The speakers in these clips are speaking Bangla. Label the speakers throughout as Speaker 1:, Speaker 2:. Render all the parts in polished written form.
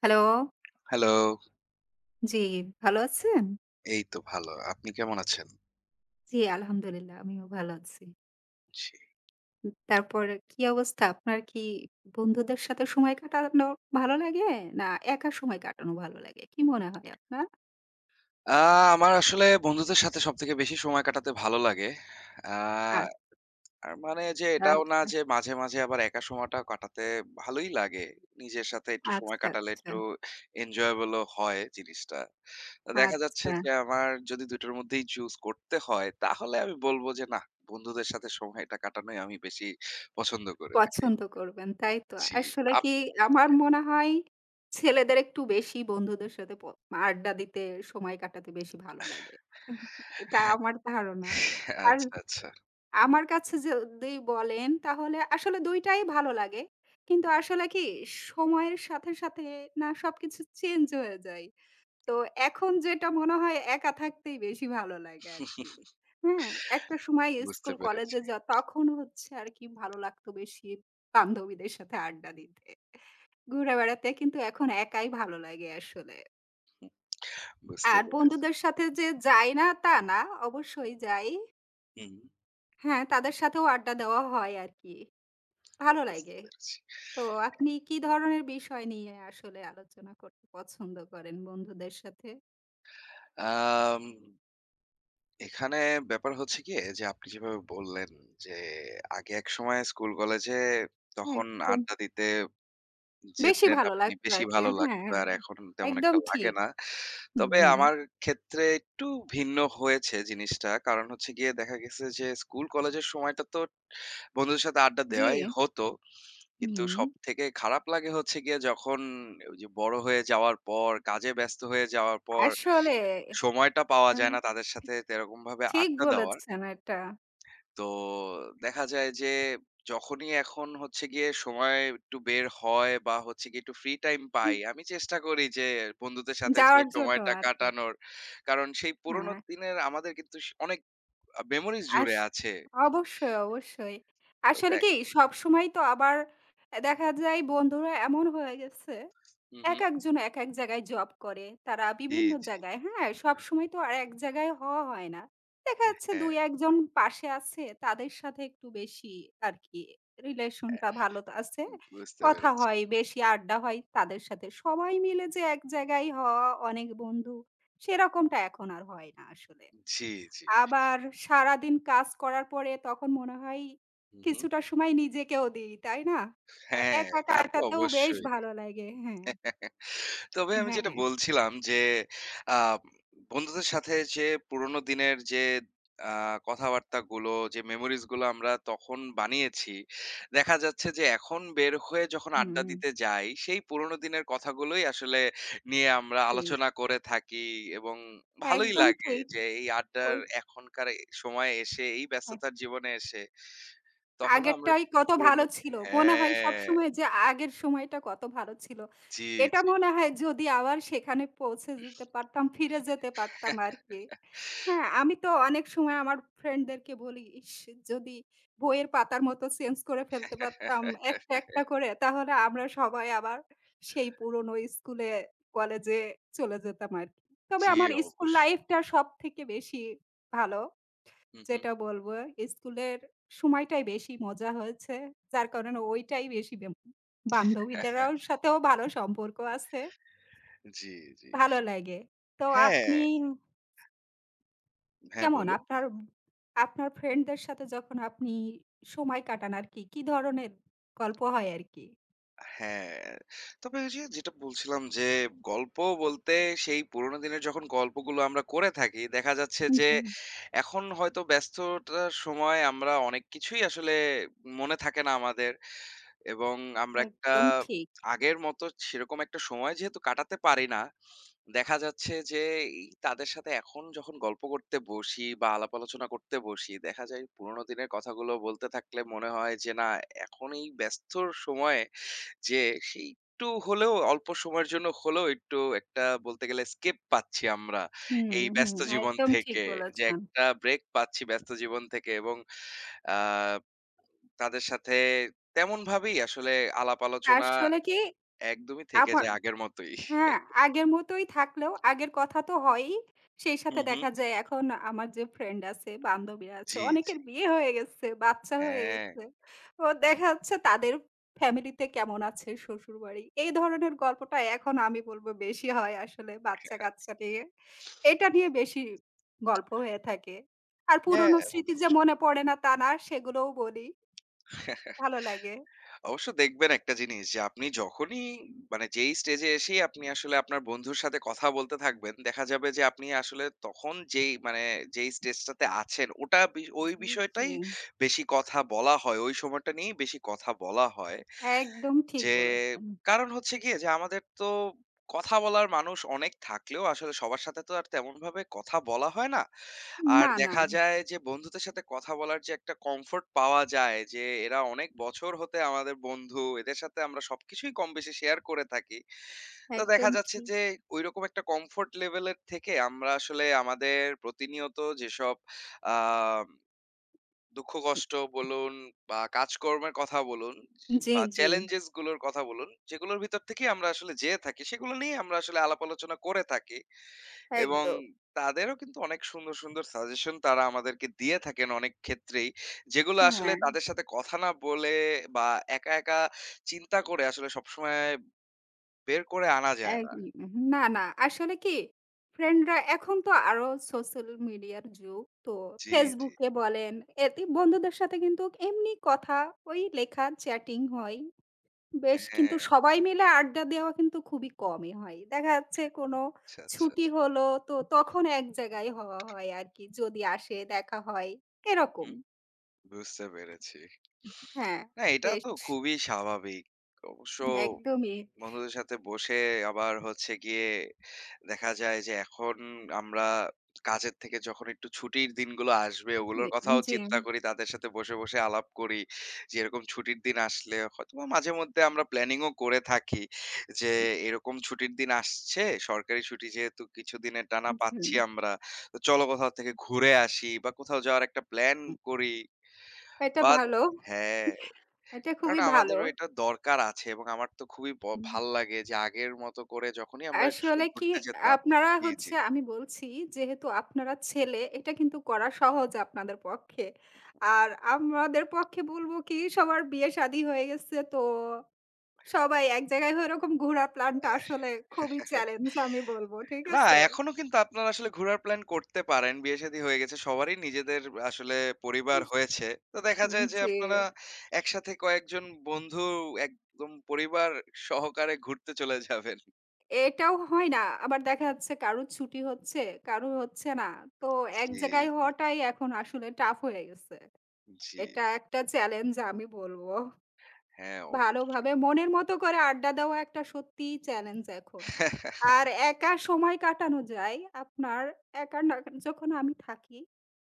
Speaker 1: হ্যালো।
Speaker 2: হ্যালো,
Speaker 1: জি, ভালো আছেন?
Speaker 2: এই তো ভালো। আপনি কেমন আছেন?
Speaker 1: জি, আলহামদুলিল্লাহ আমিও ভালো আছি।
Speaker 2: জি।
Speaker 1: তারপর কি অবস্থা? আপনার কি বন্ধুদের সাথে সময় কাটানো ভালো লাগে? না একা সময় কাটানো ভালো লাগে? কি মনে হয় আপনার?
Speaker 2: আ আমার আসলে বন্ধুদের সাথে সবথেকে বেশি সময় কাটাতে ভালো লাগে। আ আর মানে যে
Speaker 1: আচ্ছা,
Speaker 2: এটাও না যে
Speaker 1: আচ্ছা,
Speaker 2: মাঝে মাঝে আবার একা সময়টা কাটাতে ভালোই লাগে। নিজের সাথে একটু সময়
Speaker 1: আচ্ছা,
Speaker 2: কাটালে
Speaker 1: আচ্ছা,
Speaker 2: একটু enjoyable ও হয় জিনিসটা। তো দেখা যাচ্ছে
Speaker 1: আচ্ছা।
Speaker 2: যে আমার যদি ২ টোর মধ্যেই choose করতে হয়, তাহলে আমি বলব যে না, বন্ধুদের সাথে সময়টা কাটানোই আমি বেশি পছন্দ করে থাকি।
Speaker 1: পছন্দ করবেন, তাই তো।
Speaker 2: জি, জি।
Speaker 1: আসলে কি
Speaker 2: আপনি
Speaker 1: আমার মনে হয় ছেলেদের একটু বেশি বন্ধুদের সাথে আড্ডা দিতে, সময় কাটাতে বেশি ভালো লাগে। এটা আমার ধারণা। আর
Speaker 2: আচ্ছা, আচ্ছা।
Speaker 1: আমার কাছে যদি বলেন তাহলে আসলে ২ টাই ভালো লাগে। কিন্তু আসলে কি সময়ের সাথে, সাথে না সবকিছু চেঞ্জ হয়ে যায়। তো এখন যেটা মনে হয় একা থাকতেই বেশি ভালো লাগে আরকি। হ্যাঁ? একটা সময়
Speaker 2: বুঝতে
Speaker 1: স্কুল
Speaker 2: পেরেছি।
Speaker 1: কলেজে যা তখন হচ্ছে আরকি ভালো লাগতো বেশি বান্ধবীদের সাথে আড্ডা দিতে, ঘুরে বেড়াতে। কিন্তু এখন একাই ভালো লাগে আসলে।
Speaker 2: বুঝতে
Speaker 1: আর
Speaker 2: পেরেছি।
Speaker 1: বন্ধুদের সাথে যে যাই না তা না, অবশ্যই যাই।
Speaker 2: হুম,
Speaker 1: হ্যাঁ, তাদের সাথেও আড্ডা দেওয়া হয় আরকি। ভালো
Speaker 2: বুঝতে
Speaker 1: লাগে।
Speaker 2: পেরেছি।
Speaker 1: তো আপনি কি ধরনের বিষয় নিয়ে আসলে আলোচনা করতে পছন্দ করেন বন্ধুদের সাথে?
Speaker 2: আম এখানে ব্যাপার হচ্ছে গিয়ে যে আপনি যেভাবে বললেন যে আগে একসময় স্কুল কলেজে তখন
Speaker 1: একদম।
Speaker 2: আড্ডা দিতে
Speaker 1: বেশি
Speaker 2: যেতেন
Speaker 1: ভালো
Speaker 2: আপনি
Speaker 1: লাগতো
Speaker 2: বেশি
Speaker 1: আরকি।
Speaker 2: ভালো
Speaker 1: হ্যাঁ,
Speaker 2: লাগতো আর
Speaker 1: হ্যাঁ,
Speaker 2: এখন তেমন
Speaker 1: একদম
Speaker 2: একটা লাগে
Speaker 1: ঠিক।
Speaker 2: না। তবে
Speaker 1: হুম।
Speaker 2: আমার ক্ষেত্রে একটু ভিন্ন হয়েছে জিনিসটা। কারণ হচ্ছে গিয়ে দেখা গেছে যে স্কুল কলেজের সময়টা তো বন্ধুদের সাথে আড্ডা
Speaker 1: জি।
Speaker 2: দেওয়াই হতো। কিন্তু
Speaker 1: হুম।
Speaker 2: সবথেকে খারাপ লাগে হচ্ছে গিয়ে যখন ওই যে বড় হয়ে যাওয়ার পর, কাজে ব্যস্ত হয়ে যাওয়ার পর
Speaker 1: আসলে
Speaker 2: সময়টা পাওয়া
Speaker 1: আ
Speaker 2: যায় না তাদের সাথে তেরকমভাবে
Speaker 1: ঠিক
Speaker 2: আড্ডা দেওয়ার।
Speaker 1: বলেছেন এটা।
Speaker 2: তো দেখা যায় যে যখনই এখন হচ্ছে গিয়ে সময় একটু বের হয় বা হচ্ছে গিয়ে একটু ফ্রি টাইম
Speaker 1: হুম।
Speaker 2: পাই, আমি চেষ্টা করি যে বন্ধুদের সাথে যে
Speaker 1: যাওয়ার জন্য
Speaker 2: সময়টা
Speaker 1: আরকি।
Speaker 2: কাটানোর। কারণ সেই পুরোনো
Speaker 1: হ্যাঁ,
Speaker 2: দিনের আমাদের কিন্তু স অনেক মেমোরিজ
Speaker 1: আস
Speaker 2: জুড়ে আছে।
Speaker 1: অবশ্যই, অবশ্যই।
Speaker 2: তো
Speaker 1: আসলে
Speaker 2: দেখ
Speaker 1: কি সবসময় তো আবার দেখা যায় বন্ধুরা এমন হয়ে গেছে
Speaker 2: হুম, হুম।
Speaker 1: একেকজন একেক জায়গায় জব করে। তারা
Speaker 2: জি,
Speaker 1: বিভিন্ন
Speaker 2: জি।
Speaker 1: জায়গায়, হ্যাঁ? সবসময় তো আর এক জায়গায় হওয়া হয় না। দেখা
Speaker 2: হ্যাঁ,
Speaker 1: যাচ্ছে
Speaker 2: হ্যাঁ,
Speaker 1: ২-১ জন পাশে আছে, তাদের সাথে একটু বেশি আরকি
Speaker 2: হ্যাঁ।
Speaker 1: রিলেশনটা ভালো আছে।
Speaker 2: বুঝতে
Speaker 1: কথা
Speaker 2: পেরেছি।
Speaker 1: হয়, বেশি আড্ডা হয় তাদের সাথে। সবাই মিলে যে এক জায়গায় হওয়া, অনেক বন্ধু, সেরকমটা এখন আর হয় না আসলে।
Speaker 2: জি, জি।
Speaker 1: আবার সারাদিন কাজ করার পরে তখন মনে হয়
Speaker 2: হুম, হুম।
Speaker 1: কিছুটা সময় নিজেকেও দিই, তাই না?
Speaker 2: হ্যাঁ, তা তো
Speaker 1: একাকারটাতেও বেশ
Speaker 2: অবশ্যই।
Speaker 1: ভালো লাগে। হ্যাঁ।
Speaker 2: তবে আমি
Speaker 1: হ্যাঁ,
Speaker 2: যেটা
Speaker 1: হ্যাঁ।
Speaker 2: বলছিলাম যে, আ বন্ধুদের সাথে যে পুরোনো দিনের যে আ কথাবার্তাগুলো, যে মেমোরিজ গুলো আমরা তখন বানিয়েছি, দেখা যাচ্ছে যে এখন বের হয়ে যখন আড্ডা
Speaker 1: হুম,
Speaker 2: দিতে যাই, সেই পুরোনো দিনের কথাগুলোই আসলে নিয়ে আমরা
Speaker 1: ঠিক।
Speaker 2: আলোচনা করে থাকি এবং ভালোই
Speaker 1: একদম
Speaker 2: লাগে
Speaker 1: ঠিক।
Speaker 2: যে এই আড্ডার
Speaker 1: ওই
Speaker 2: এখনকার এ সময়ে এসে, এই
Speaker 1: হ্যাঁ।
Speaker 2: ব্যস্ততার জীবনে এসে তখনও আমরা
Speaker 1: আগেরটাই কত ভালো
Speaker 2: পুরনো
Speaker 1: ছিল। মনে হয়
Speaker 2: হ্যাঁ,
Speaker 1: সবসময় যে আগের সময়টা কত ভালো ছিল।
Speaker 2: জি,
Speaker 1: এটা
Speaker 2: জি।
Speaker 1: মনে হয় যদি আবার সেখানে পৌঁছে যেতে পারতাম, ফিরে যেতে পারতাম আরকি। হ্যাঁ, আমি তো অনেক সময় আমার ফ্রেন্ডদেরকে বলি, "ইস! যদি বইয়ের পাতার মতো চেঞ্জ করে ফেলতে পারতাম
Speaker 2: এহ
Speaker 1: একটা, একটা করে তাহলে আমরা সবাই আবার সেই পুরনো স্কুলে, কলেজে চলে যেতাম আরকি।" তবে
Speaker 2: জি,
Speaker 1: আমার স্কুল
Speaker 2: অবশ্যই।
Speaker 1: লাইফটা সবথেকে বেশি ভালো।
Speaker 2: হু, হু।
Speaker 1: যেটা বলবো স্কুলের সময়টাই বেশি মজা হয়েছে। যার কারণে ওইটাই বেশি বান্ধবীদেরও সাথেও ভালো সম্পর্ক আছে।
Speaker 2: জি, জি।
Speaker 1: ভালো লাগে। তো
Speaker 2: হ্যাঁ,
Speaker 1: আপনি
Speaker 2: হ্যাঁ
Speaker 1: কেমন?
Speaker 2: বলুন।
Speaker 1: আপনার আপনার ফ্রেন্ডদের সাথে যখন আপনি সময় কাটান আরকি, কি কি ধরনের গল্প হয় আরকি?
Speaker 2: হ্যাঁ, তবে ওই যে যেটা বলছিলাম যে গল্প বলতে সেই পুরোনো দিনের যখন গল্পগুলো আমরা করে থাকি, দেখা যাচ্ছে যে
Speaker 1: জি,
Speaker 2: এখন হয়তো ব্যস্ততার সময় আমরা অনেক কিছুই আসলে মনে থাকে না আমাদের এবং আমরা একটা
Speaker 1: একদম ঠিক।
Speaker 2: আগের মতো সেরকম একটা সময় যেহেতু কাটাতে পারি না দেখা যাচ্ছে যে এই তাদের সাথে এখন যখন গল্প করতে বসি বা আলাপ আলোচনা করতে বসি দেখা যায় পুরোনো দিনের কথাগুলো বলতে থাকলে মনে হয় যে না এখন এই ব্যস্তর সময়ে যে সেই একটু হলেও অল্প সময়ের জন্য হলেও একটু একটা বলতে গেলে স্কেপ পাচ্ছি আমরা
Speaker 1: হুম,
Speaker 2: এই
Speaker 1: হুম,
Speaker 2: ব্যস্ত জীবন
Speaker 1: একদম ঠিক
Speaker 2: থেকে যে
Speaker 1: বলেছেন।
Speaker 2: একটা ব্রেক পাচ্ছি ব্যস্ত জীবন থেকে এবং আহ তাদের সাথে তেমন ভাবেই আসলে আলাপ আলোচনা
Speaker 1: আসলে কি
Speaker 2: একদমই থেকে
Speaker 1: আমার
Speaker 2: যায় আগের মতোই
Speaker 1: হ্যাঁ, আগের মতোই থাকলেও আগের কথা তো হয়ই। সেই সাথে
Speaker 2: হুম হুম
Speaker 1: দেখা যায় এখন আমার যে ফ্রেন্ড আছে, বান্ধবী আছে,
Speaker 2: জি জি
Speaker 1: অনেকের বিয়ে হয়ে গেছে, বাচ্চা হয়ে
Speaker 2: হ্যাঁ
Speaker 1: গেছে। তো দেখা যাচ্ছে তাদের ফ্যামিলিতে কেমন আছে শ্বশুরবাড়ি। এই ধরনের গল্পটা এখন আমি বলব বেশি হয় আসলে বাচ্চা-কাচ্চা নিয়ে। এটা নিয়ে বেশি গল্প হয়ে থাকে। আর
Speaker 2: হ্যাঁ,
Speaker 1: পুরনো স্মৃতি যে মনে
Speaker 2: অবশ্যই।
Speaker 1: পড়ে না তা না, সেগুলোও বলি। ভালো লাগে।
Speaker 2: অবশ্য দেখবেন একটা জিনিস যে আপনি যখনই মানে যেই স্টেজে এসেই আপনি আসলে আপনার বন্ধুর সাথে কথা বলতে থাকবেন, দেখা যাবে যে আপনি আসলে তখন যেই মানে যেই স্টেজটাতে আছেন ওটা ওই
Speaker 1: জি, জি।
Speaker 2: বিষয়টাই বেশি কথা বলা হয়। ওই সময়টা নিয়েই বেশি কথা বলা হয়।
Speaker 1: একদম ঠিক
Speaker 2: যে
Speaker 1: বলেছেন।
Speaker 2: কারণ হচ্ছে গিয়ে যে আমাদের তো কথা বলার মানুষ অনেক থাকলেও আসলে সবার সাথে তো আর তেমনভাবে কথা বলা হয় না। আর
Speaker 1: না, না।
Speaker 2: দেখা যায় যে বন্ধুদের সাথে কথা বলার যে একটা কমফোর্ট পাওয়া যায় যে এরা অনেক বছর হতে আমাদের বন্ধু এদের সাথে আমরা সবকিছুই কম বেশি শেয়ার করে থাকি তো দেখা
Speaker 1: একদম
Speaker 2: যাচ্ছে
Speaker 1: ঠিক।
Speaker 2: যে ওইরকম একটা কমফোর্ট লেভেলের থেকে আমরা আসলে আমাদের প্রতিনিয়ত যেসব আহ দুঃখ কষ্ট বলুন বা কাজকর্মের কথা বলুন
Speaker 1: জি,
Speaker 2: বা
Speaker 1: জি।
Speaker 2: চ্যালেঞ্জেস গুলোর কথা বলুন যেগুলোর ভিতর থেকে আমরা আসলে যেয়ে থাকি সেগুলো নিয়ে আমরা আসলে আলাপ আলোচনা করে থাকি এবং
Speaker 1: একদম।
Speaker 2: তাদেরও কিন্তু অনেক সুন্দর, সুন্দর সাজেশন তারা আমাদেরকে দিয়ে থাকেন অনেক ক্ষেত্রেই। যেগুলো আসলে
Speaker 1: হ্যাঁ,
Speaker 2: তাদের সাথে কথা না বলে বা একা, একা চিন্তা করে আসলে সবসময় বের করে আনা যায় না।
Speaker 1: একদম। না, না আসলে কি ফ্রেন্ডরা এখন তো আরো সোশ্যাল মিডিয়ার যুগ। তো
Speaker 2: জি, জি।
Speaker 1: Facebook এ বলেন, এতে বন্ধুদের সাথে কিন্তু এমনি কথা, ওই লেখা, চ্যাটিং হয়। বেশ
Speaker 2: হ্যাঁ,
Speaker 1: কিন্তু সবাই মিলে আড্ডা দেওয়া কিন্তু খুবই কমই হয়। দেখা যাচ্ছে কোনো
Speaker 2: আচ্ছা, আচ্ছা।
Speaker 1: ছুটি হলো তো তখন এক জায়গায় হওয়া হয় আরকি। যদি আসে দেখা হয় এরকম।
Speaker 2: হুম, বুঝতে পেরেছি।
Speaker 1: হ্যাঁ,
Speaker 2: না, এটা
Speaker 1: বেশ
Speaker 2: তো খুবই স্বাভাবিক। অবশ্য
Speaker 1: একদমই।
Speaker 2: বন্ধুদের সাথে বসে আবার হচ্ছে গিয়ে দেখা যায় যে এখন আমরা কাজের থেকে যখন একটু ছুটির দিনগুলো আসবে
Speaker 1: জি,
Speaker 2: ওগুলোর কথাও
Speaker 1: জি।
Speaker 2: চিন্তা করি তাদের সাথে বসে বসে আলাপ করি যে এরকম ছুটির দিন আসলে হয়তো বা মাঝে মধ্যে আমরা প্ল্যানিংও করে থাকি যে এরকম ছুটির দিন আসছে সরকারি ছুটি যেহেতু কিছুদিনের টানা
Speaker 1: জি।
Speaker 2: পাচ্ছি আমরা তো চলো কোথাও থেকে ঘুরে আসি বা কোথাও যাওয়ার একটা প্ল্যান
Speaker 1: উম
Speaker 2: করি
Speaker 1: এটা
Speaker 2: বা
Speaker 1: ভালো।
Speaker 2: হ্যাঁ
Speaker 1: এটা খুবই
Speaker 2: কারণ
Speaker 1: ভালো।
Speaker 2: আমাদেরও এটা দরকার আছে এবং আমার তো খুবই
Speaker 1: হুম।
Speaker 2: ভাল লাগে যে আগের মতো করে যখনই আমরা একটু আসলে
Speaker 1: আসলে কি
Speaker 2: ঘুরতে যেতাম
Speaker 1: আপনারা
Speaker 2: জি,
Speaker 1: হচ্ছে
Speaker 2: জি।
Speaker 1: আমি বলছি যেহেতু আপনারা ছেলে এটা কিন্তু করা সহজ আপনাদের পক্ষে। আর আমাদের পক্ষে বলব কি সবার বিয়ে শাদী হয়ে গেছে তো সবাই এক জায়গায় হয়ে এরকম ঘোরা প্ল্যানটা
Speaker 2: হ্যাঁ।
Speaker 1: আসলে খুবই চ্যালেঞ্জ আমি বলব। ঠিক
Speaker 2: না
Speaker 1: আছে?
Speaker 2: এখনো কিন্তু আপনারা আসলে ঘোরার প্ল্যান করতে পারেন। বিয়ে-শাদী হয়ে গেছে। সবারই নিজেদের আসলে পরিবার হয়েছে। তো দেখা
Speaker 1: উম
Speaker 2: যায় যে
Speaker 1: জি।
Speaker 2: আপনারা একসাথে কয়েকজন বন্ধু একদম পরিবার সহকারে ঘুরতে চলে যাবেন।
Speaker 1: এটাও হয় না। আবার দেখা যাচ্ছে কারো ছুটি হচ্ছে, কারো হচ্ছে না। তো এক
Speaker 2: জি,
Speaker 1: জায়গায়
Speaker 2: জি,
Speaker 1: হওয়াটাই এখন আসলে টাফ হয়ে গেছে।
Speaker 2: জি।
Speaker 1: এটা একটা চ্যালেঞ্জ আমি বলব।
Speaker 2: হ্যাঁ, অবশ্যই।
Speaker 1: ভালোভাবে মনের মতো করে আড্ডা দেওয়া একটা সত্যিই চ্যালেঞ্জ এখন। আর একা সময় কাটানো যায়। আপনার একা না যখন আমি থাকি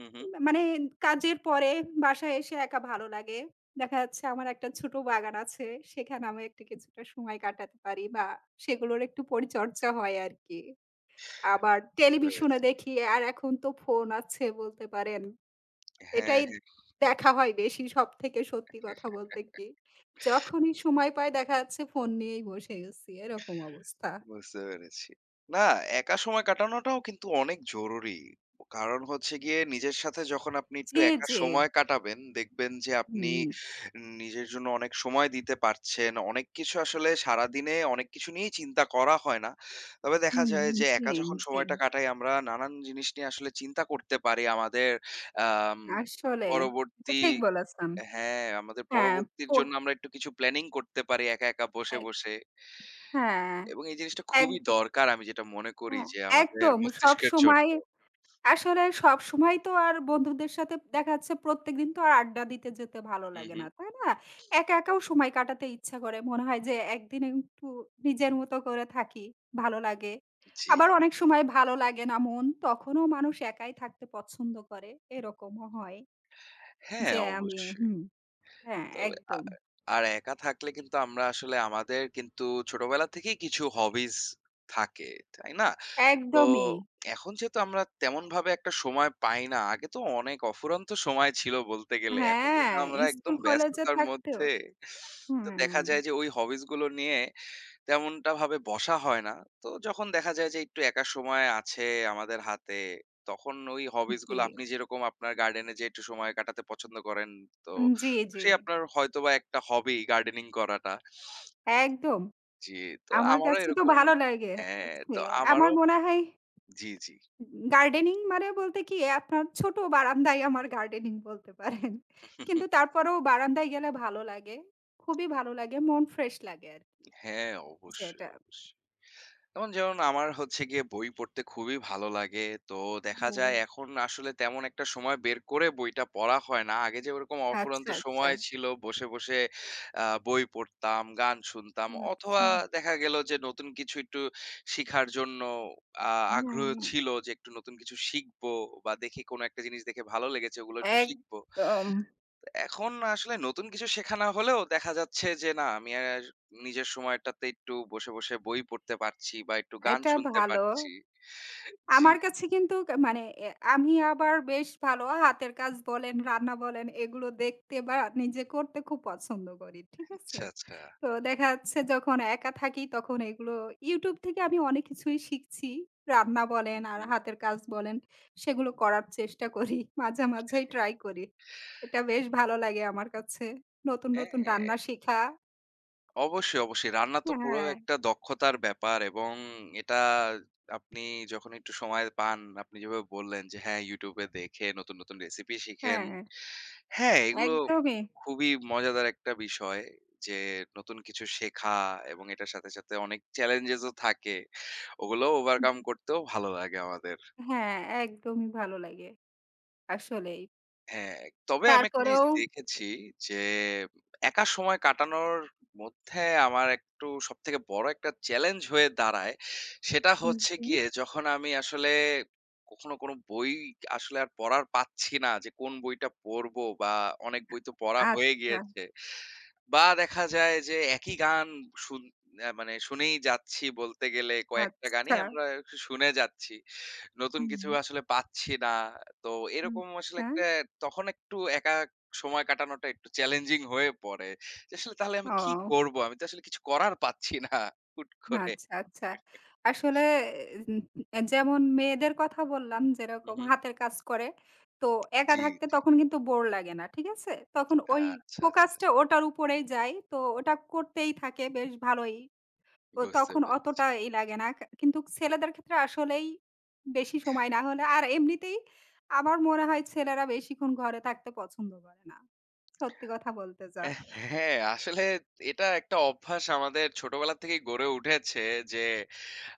Speaker 2: হু, হু।
Speaker 1: মানে কাজের পরে বাসায় এসে একা ভালো লাগে। দেখা যাচ্ছে আমার একটা ছোট বাগান আছে। সেখানে আমি একটু কিছুটা সময় কাটাতে পারি বা সেগুলোর একটু পরিচর্চা হয় আরকি। আবার
Speaker 2: বুঝতে
Speaker 1: টেলিভিশনে
Speaker 2: পেরেছি।
Speaker 1: দেখি আর এখন তো ফোন আছে বলতে পারেন।
Speaker 2: হ্যাঁ,
Speaker 1: এটাই
Speaker 2: হ্যাঁ।
Speaker 1: দেখা হয় বেশি সবথেকে সত্যি কথা বলতে কি। যখনই সময় পাই দেখা যাচ্ছে ফোন নিয়েই বসে গেছি এরকম অবস্থা।
Speaker 2: বুঝতে পেরেছি। না, একা সময় কাটানোটাও কিন্তু অনেক জরুরি। কারণ হচ্ছে গিয়ে নিজের সাথে যখন আপনি একটু
Speaker 1: জি,
Speaker 2: একা
Speaker 1: জি।
Speaker 2: সময় কাটাবেন, দেখবেন যে আপনি
Speaker 1: হুম।
Speaker 2: নিজের জন্য অনেক সময় দিতে পারছেন। অনেক কিছু আসলে সারাদিনে অনেক কিছু নিয়েই চিন্তা করা হয় না। তবে দেখা
Speaker 1: হুম,
Speaker 2: যায় যে
Speaker 1: জি,
Speaker 2: একা যখন
Speaker 1: জি।
Speaker 2: সময়টা কাটাই আমরা নানান জিনিস নিয়ে আসলে চিন্তা করতে পারি। আমাদের আম
Speaker 1: আসলে এটা
Speaker 2: পরবর্তী
Speaker 1: ঠিক বলেছেন।
Speaker 2: হ্যাঁ, আমাদের
Speaker 1: হ্যাঁ,
Speaker 2: পরবর্তীর
Speaker 1: পো
Speaker 2: জন্য আমরা একটু কিছু প্ল্যানিং করতে পারি একা, একা বসে,
Speaker 1: এক
Speaker 2: বসে।
Speaker 1: হ্যাঁ,
Speaker 2: এবং এই জিনিসটা খুবই
Speaker 1: একদম
Speaker 2: দরকার আমি যেটা মনে করি
Speaker 1: হ্যাঁ,
Speaker 2: যে আমাদের
Speaker 1: একদম
Speaker 2: মস্তিষ্কের
Speaker 1: সবসময়
Speaker 2: জন্য।
Speaker 1: আসলে সবসময় তো আর বন্ধুদের সাথে দেখা যাচ্ছে প্রত্যেকদিন তো আর আড্ডা দিতে যেতে ভালো
Speaker 2: হুম,
Speaker 1: লাগে না,
Speaker 2: হুম।
Speaker 1: তাই না? একা, একাও সময় কাটাতে ইচ্ছা করে। মনে হয় যে একদিন একটু নিজের মতো করে থাকি, ভালো লাগে।
Speaker 2: জি।
Speaker 1: আবার অনেক সময় ভালো লাগে না মন, তখনও মানুষ একাই থাকতে পছন্দ করে। এরকমও হয়
Speaker 2: হ্যাঁ,
Speaker 1: যে আমি
Speaker 2: অবশ্যই।
Speaker 1: হুম, হ্যাঁ,
Speaker 2: তবে
Speaker 1: একদম।
Speaker 2: আর একা থাকলে কিন্তু আমরা আসলে আমাদের কিন্তু ছোটবেলা থেকেই কিছু হবিস থাকে, তাই না? তো
Speaker 1: একদমই।
Speaker 2: এখন যেহেতু আমরা তেমনভাবে একটা সময় পাই না, আগে তো অনেক অফুরন্ত সময় ছিল বলতে গেলে। এখন যেহেতু
Speaker 1: হ্যাঁ,
Speaker 2: আমরা
Speaker 1: স্কুল
Speaker 2: একদম
Speaker 1: কলেজে
Speaker 2: ব্যস্ততার
Speaker 1: থাকতেও
Speaker 2: মধ্যে তো দেখা
Speaker 1: হুম,
Speaker 2: যায় যে ওই হবিস গুলো নিয়ে তেমনটা ভাবে বসা হয় না। তো যখন দেখা যায় যে একটু একা সময় আছে আমাদের হাতে, তখন ওই হবিস
Speaker 1: জি।
Speaker 2: গুলো আপনি যেরকম আপনার গার্ডেনে যেয়ে একটু সময় কাটাতে পছন্দ করেন, তো
Speaker 1: জি, জি।
Speaker 2: সে আপনার হয়তোবা একটা হবি গার্ডেনিং করাটা।
Speaker 1: একদম।
Speaker 2: জি, তো
Speaker 1: আমার
Speaker 2: আমারও
Speaker 1: কাছে তো
Speaker 2: এরকম
Speaker 1: ভালো লাগে।
Speaker 2: হ্যাঁ,
Speaker 1: আছে
Speaker 2: তো
Speaker 1: আমার
Speaker 2: আমারও
Speaker 1: মনে হয়
Speaker 2: জি, জি।
Speaker 1: গার্ডেনিং মানে বলতে কি আপনার ছোট বারান্দায় আমার গার্ডেনিং বলতে পারেন। কিন্তু তারপরেও বারান্দায় গেলে ভালো লাগে। খুবই ভালো লাগে। মন ফ্রেশ লাগে আরকি।
Speaker 2: হ্যাঁ, অবশ্যই,
Speaker 1: সেটা।
Speaker 2: অবশ্যই। যেমন, যেমন আমার হচ্ছে গিয়ে বই পড়তে খুবই ভালো লাগে। তো দেখা
Speaker 1: হুম।
Speaker 2: যায় এখন আসলে তেমন একটা সময় বের করে বইটা পড়া হয় না। আগে যে ওরকম অফুরন্ত
Speaker 1: আচ্ছা, আচ্ছা।
Speaker 2: সময় ছিল বসে, বসে বই পড়তাম, গান শুনতাম অথবা
Speaker 1: আচ্ছা।
Speaker 2: দেখা গেল যে নতুন কিছু একটু শিখার জন্য আ আগ্রহ
Speaker 1: হ্যাঁ,
Speaker 2: ছিল যে একটু নতুন কিছু শিখবো বা দেখি কোনো একটা জিনিস দেখে ভালো লেগেছে ওগুলো একটু শিখব।
Speaker 1: একদম।
Speaker 2: এখন আসলে নতুন কিছু শেখা না হলেও দেখা যাচ্ছে যে না আমি আর নিজের সময়টাতে একটু বসে, বসে বই পড়তে পারছি বা একটু গান
Speaker 1: এটা
Speaker 2: শুনতে
Speaker 1: ভালো।
Speaker 2: পারছি। জি,
Speaker 1: আমার কাছে কিন্তু কা মানে এ আমি আবার বেশ ভালো হাতের কাজ বলেন, রান্না বলেন এগুলো দেখতে বা নিজে করতে খুব পছন্দ করি। ঠিক আছে?
Speaker 2: আচ্ছা, আচ্ছা।
Speaker 1: তো দেখা যাচ্ছে যখন একা থাকি তখন এগুলো YouTube থেকে আমি অনেক কিছুই শিখছি। রান্না
Speaker 2: হু,
Speaker 1: বলেন আর
Speaker 2: হু।
Speaker 1: হাতের কাজ বলেন সেগুলো করার চেষ্টা করি। মাঝে, মাঝেই ট্রাই করি। এটা বেশ ভালো লাগে আমার কাছে। নতুন, নতুন
Speaker 2: হ্যাঁ।
Speaker 1: রান্না শিখা
Speaker 2: অবশ্যই, অবশ্যই। রান্না তো পুরো
Speaker 1: হ্যাঁ,
Speaker 2: একটা দক্ষতার ব্যাপার এবং এটা আপনি যখন একটু সময় পান, আপনি যেভাবে বললেন যে হ্যাঁ, YouTube এ দেখে নতুন, নতুন রেসিপি শিখেন।
Speaker 1: হ্যাঁ,
Speaker 2: হ্যাঁ, এগুলো
Speaker 1: একদমই।
Speaker 2: খুবই মজাদার একটা বিষয় যে নতুন কিছু শেখা এবং এটার সাথে সাথে অনেক চ্যালেঞ্জেস ও থাকে। ওগুলো ওভারকাম করতেও ভালো লাগে আমাদের।
Speaker 1: হ্যাঁ, একদমই ভালো লাগে। আসলেই।
Speaker 2: হ্যাঁ, তবে আমি একটা জিনিস
Speaker 1: তারপরেও
Speaker 2: দেখেছি যে একা সময় কাটানোর মধ্যে আমার একটু সবথেকে বড় একটা চ্যালেঞ্জ হয়ে দাঁড়ায়। সেটা
Speaker 1: হুম,
Speaker 2: হচ্ছে
Speaker 1: জি।
Speaker 2: গিয়ে যখন আমি আসলে কখনো কোনো বই আসলে আর পড়ার পাচ্ছি না যে কোন বইটা পড়বো বা অনেক বই তো পড়া হয়ে
Speaker 1: আচ্ছা,
Speaker 2: গিয়েছে। বা দেখা যায় যে একই গান শুন মানে শুনেই যাচ্ছি বলতে গেলে কয়েকটা গানই
Speaker 1: আচ্ছা।
Speaker 2: আমরা শুনে যাচ্ছি। নতুন
Speaker 1: হুম।
Speaker 2: কিছু আসলে পাচ্ছি না। তো এরকম আসলে
Speaker 1: আচ্ছা।
Speaker 2: একটা তখন একটু একা সময় কাটানোটা একটু চ্যালেঞ্জিং হয়ে পড়ে। যে আসলে তাহলে আমি কি
Speaker 1: ও
Speaker 2: করব? আমি তো আসলে কিছু করার পাচ্ছি না হুট করে।
Speaker 1: আচ্ছা, আচ্ছা। আসলে এ যেমন মেয়েদের কথা বললাম
Speaker 2: হু,
Speaker 1: যেরকম
Speaker 2: হুম।
Speaker 1: হাতের কাজ করে, তো একা
Speaker 2: জি,
Speaker 1: থাকতে
Speaker 2: জি।
Speaker 1: তখন কিন্তু বোর লাগে না। ঠিক আছে? তখন ওই
Speaker 2: আচ্ছা, আচ্ছা।
Speaker 1: ফোকাসটা ওটার উপরেই যায়। তো ওটা করতেই থাকে বেশ ভালোই তো
Speaker 2: বুঝতে
Speaker 1: তখন
Speaker 2: পেরেছি।
Speaker 1: অতটা ই লাগে না। কিন্তু ছেলেদের ক্ষেত্রে আসলেই বেশি সময় না হলে আর এমনিতেই আমার মনে হয় ছেলেরা বেশিক্ষণ ঘরে থাকতে পছন্দ করে না। সত্যি কথা বলতে যা।
Speaker 2: এহ হ্যাঁ, আসলে এটা একটা অভ্যাস আমাদের ছোটবেলা থেকেই গড়ে উঠেছে যে,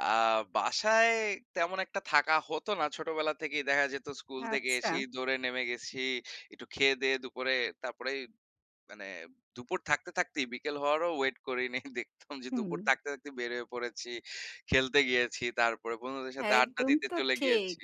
Speaker 2: আ বাসায় তেমন একটা থাকা হতো না। ছোটবেলা থেকেই দেখা যেত স্কুল থেকে
Speaker 1: আচ্ছা।
Speaker 2: এসেই দৌড়ে নেমে গেছি। একটু খেয়ে-দেয়ে দুপুরে তারপরেই মানে দুপুর থাকতে থাকতেই বিকেল হওয়ারও ওয়েট করিনি। দেখতাম যে
Speaker 1: হুম,
Speaker 2: দুপুর থাকতে থাকতে বের হয়ে পড়েছি, খেলতে গিয়েছি। তারপরে বন্ধুদের সাথে আড্ডা
Speaker 1: একদম
Speaker 2: দিতে
Speaker 1: তো
Speaker 2: চলে
Speaker 1: ঠিক।
Speaker 2: গিয়েছি।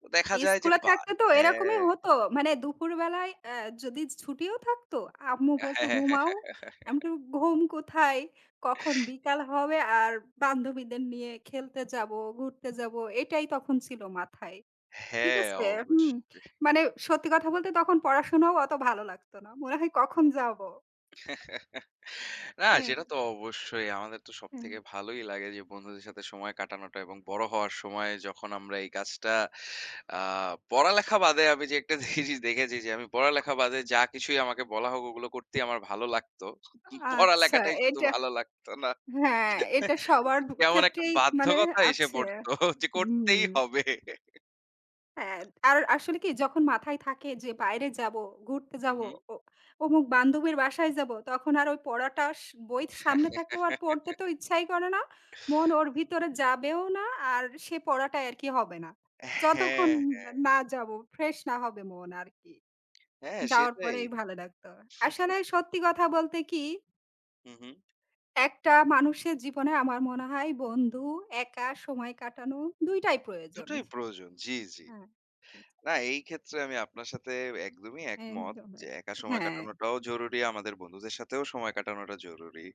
Speaker 2: তো দেখা যায় যে
Speaker 1: স্কুলে
Speaker 2: বা
Speaker 1: থাকতে তো এরকমই
Speaker 2: হ্যাঁ।
Speaker 1: হতো। মানে দুপুরবেলায় যদি ছুটিও থাকতো, আম্মু বলতো,
Speaker 2: হ্যাঁ, হ্যাঁ, হ্যাঁ,
Speaker 1: "ঘুমাও।"
Speaker 2: হ্যাঁ,
Speaker 1: আমি তো, "ঘুম কোথায়? কখন বিকাল হবে আর বান্ধবীদের নিয়ে খেলতে যাবো, ঘুরতে যাবো।" এটাই তখন ছিল মাথায়। ঠিক
Speaker 2: হ্যাঁ,
Speaker 1: আছে? হুম।
Speaker 2: অবশ্যই।
Speaker 1: মানে সত্যি কথা বলতে তখন পড়াশোনাও অত ভালো লাগতো না। মনে হয় কখন যাব?
Speaker 2: না,
Speaker 1: হ্যাঁ,
Speaker 2: সেটা তো অবশ্যই। আমাদের তো
Speaker 1: হ্যাঁ।
Speaker 2: সবথেকে ভালোই লাগে যে বন্ধুদের সাথে সময় কাটানোটা এবং বড় হওয়ার সময় যখন আমরা এই কাজটা আ পড়ালেখা বাদে আমি যে একটা জিনিস দেখেছি যে আমি পড়ালেখা বাদে যা কিছুই আমাকে বলা হোক ওগুলো করতেই আমার ভালো লাগতো।
Speaker 1: আচ্ছা
Speaker 2: পড়ালেখাটাই শুধু
Speaker 1: এটা
Speaker 2: ভালো লাগতো না।
Speaker 1: হ্যাঁ, এটা সবার
Speaker 2: কেমন একটা
Speaker 1: ক্ষেত্রেই মানে
Speaker 2: বাধ্যকতা এসে
Speaker 1: আছে।
Speaker 2: পড়তো যে
Speaker 1: হুম।
Speaker 2: করতেই হবে।
Speaker 1: হ্যাঁ, আর আসলে কি যখন মাথায় থাকে যে বাইরে যাবো, ঘুরতে
Speaker 2: হু,
Speaker 1: যাবো,
Speaker 2: হু।
Speaker 1: অ অমুক বান্ধবীর বাসায় যাবো, তখন আর ওই পড়াটা স বই সামনে থাকলেও আর পড়তে তো ইচ্ছাই করে না। মন ওর ভিতরে যাবেও না, আর সে পড়াটাই আর কি হবে না। যতক্ষণ
Speaker 2: হ্যাঁ,
Speaker 1: না না যাবো, ফ্রেশ না হবে মন আর কি।
Speaker 2: হ্যাঁ
Speaker 1: যাওয়ার
Speaker 2: সেটাই।
Speaker 1: পরেই ভালো লাগতো। আসলে সত্যি কথা বলতে কি,
Speaker 2: হু, হু।
Speaker 1: একটা মানুষের জীবনে আমার মনে হয় বন্ধু, একা সময় কাটানো ২ টাই প্রয়োজন।
Speaker 2: দুটোই প্রয়োজন। জি, জি।
Speaker 1: হ্যাঁ,
Speaker 2: না, এই ক্ষেত্রে আমি আপনার সাথে একদমই একমত
Speaker 1: একদম।
Speaker 2: যে একা সময়
Speaker 1: হ্যাঁ।
Speaker 2: কাটানোটাও জরুরি, আমাদের বন্ধুদের সাথেও সময় কাটানোটা জরুরি।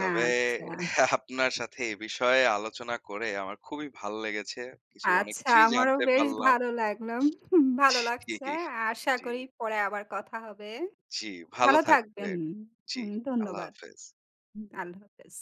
Speaker 2: তবে
Speaker 1: আচ্ছা,
Speaker 2: আপনার সাথে এ বিষয়ে আলোচনা করে আমার খুবই ভাল লেগেছে। কিছু অনেক
Speaker 1: আচ্ছা
Speaker 2: কিছুই
Speaker 1: আমারও
Speaker 2: জানতে
Speaker 1: বেশ
Speaker 2: পারলাম।
Speaker 1: ভালো লাগলো। হুম, ভালো
Speaker 2: জি,
Speaker 1: লাগছে। আশা
Speaker 2: জি,
Speaker 1: করি পরে আবার কথা হবে।
Speaker 2: জি, ভালো
Speaker 1: ভালো থাকবেন।
Speaker 2: থাকবেন। জি,
Speaker 1: হুম,
Speaker 2: আল্লাহ
Speaker 1: ধন্যবাদ।
Speaker 2: হাফেজ।
Speaker 1: হুম, আল্লাহ হাফেজ।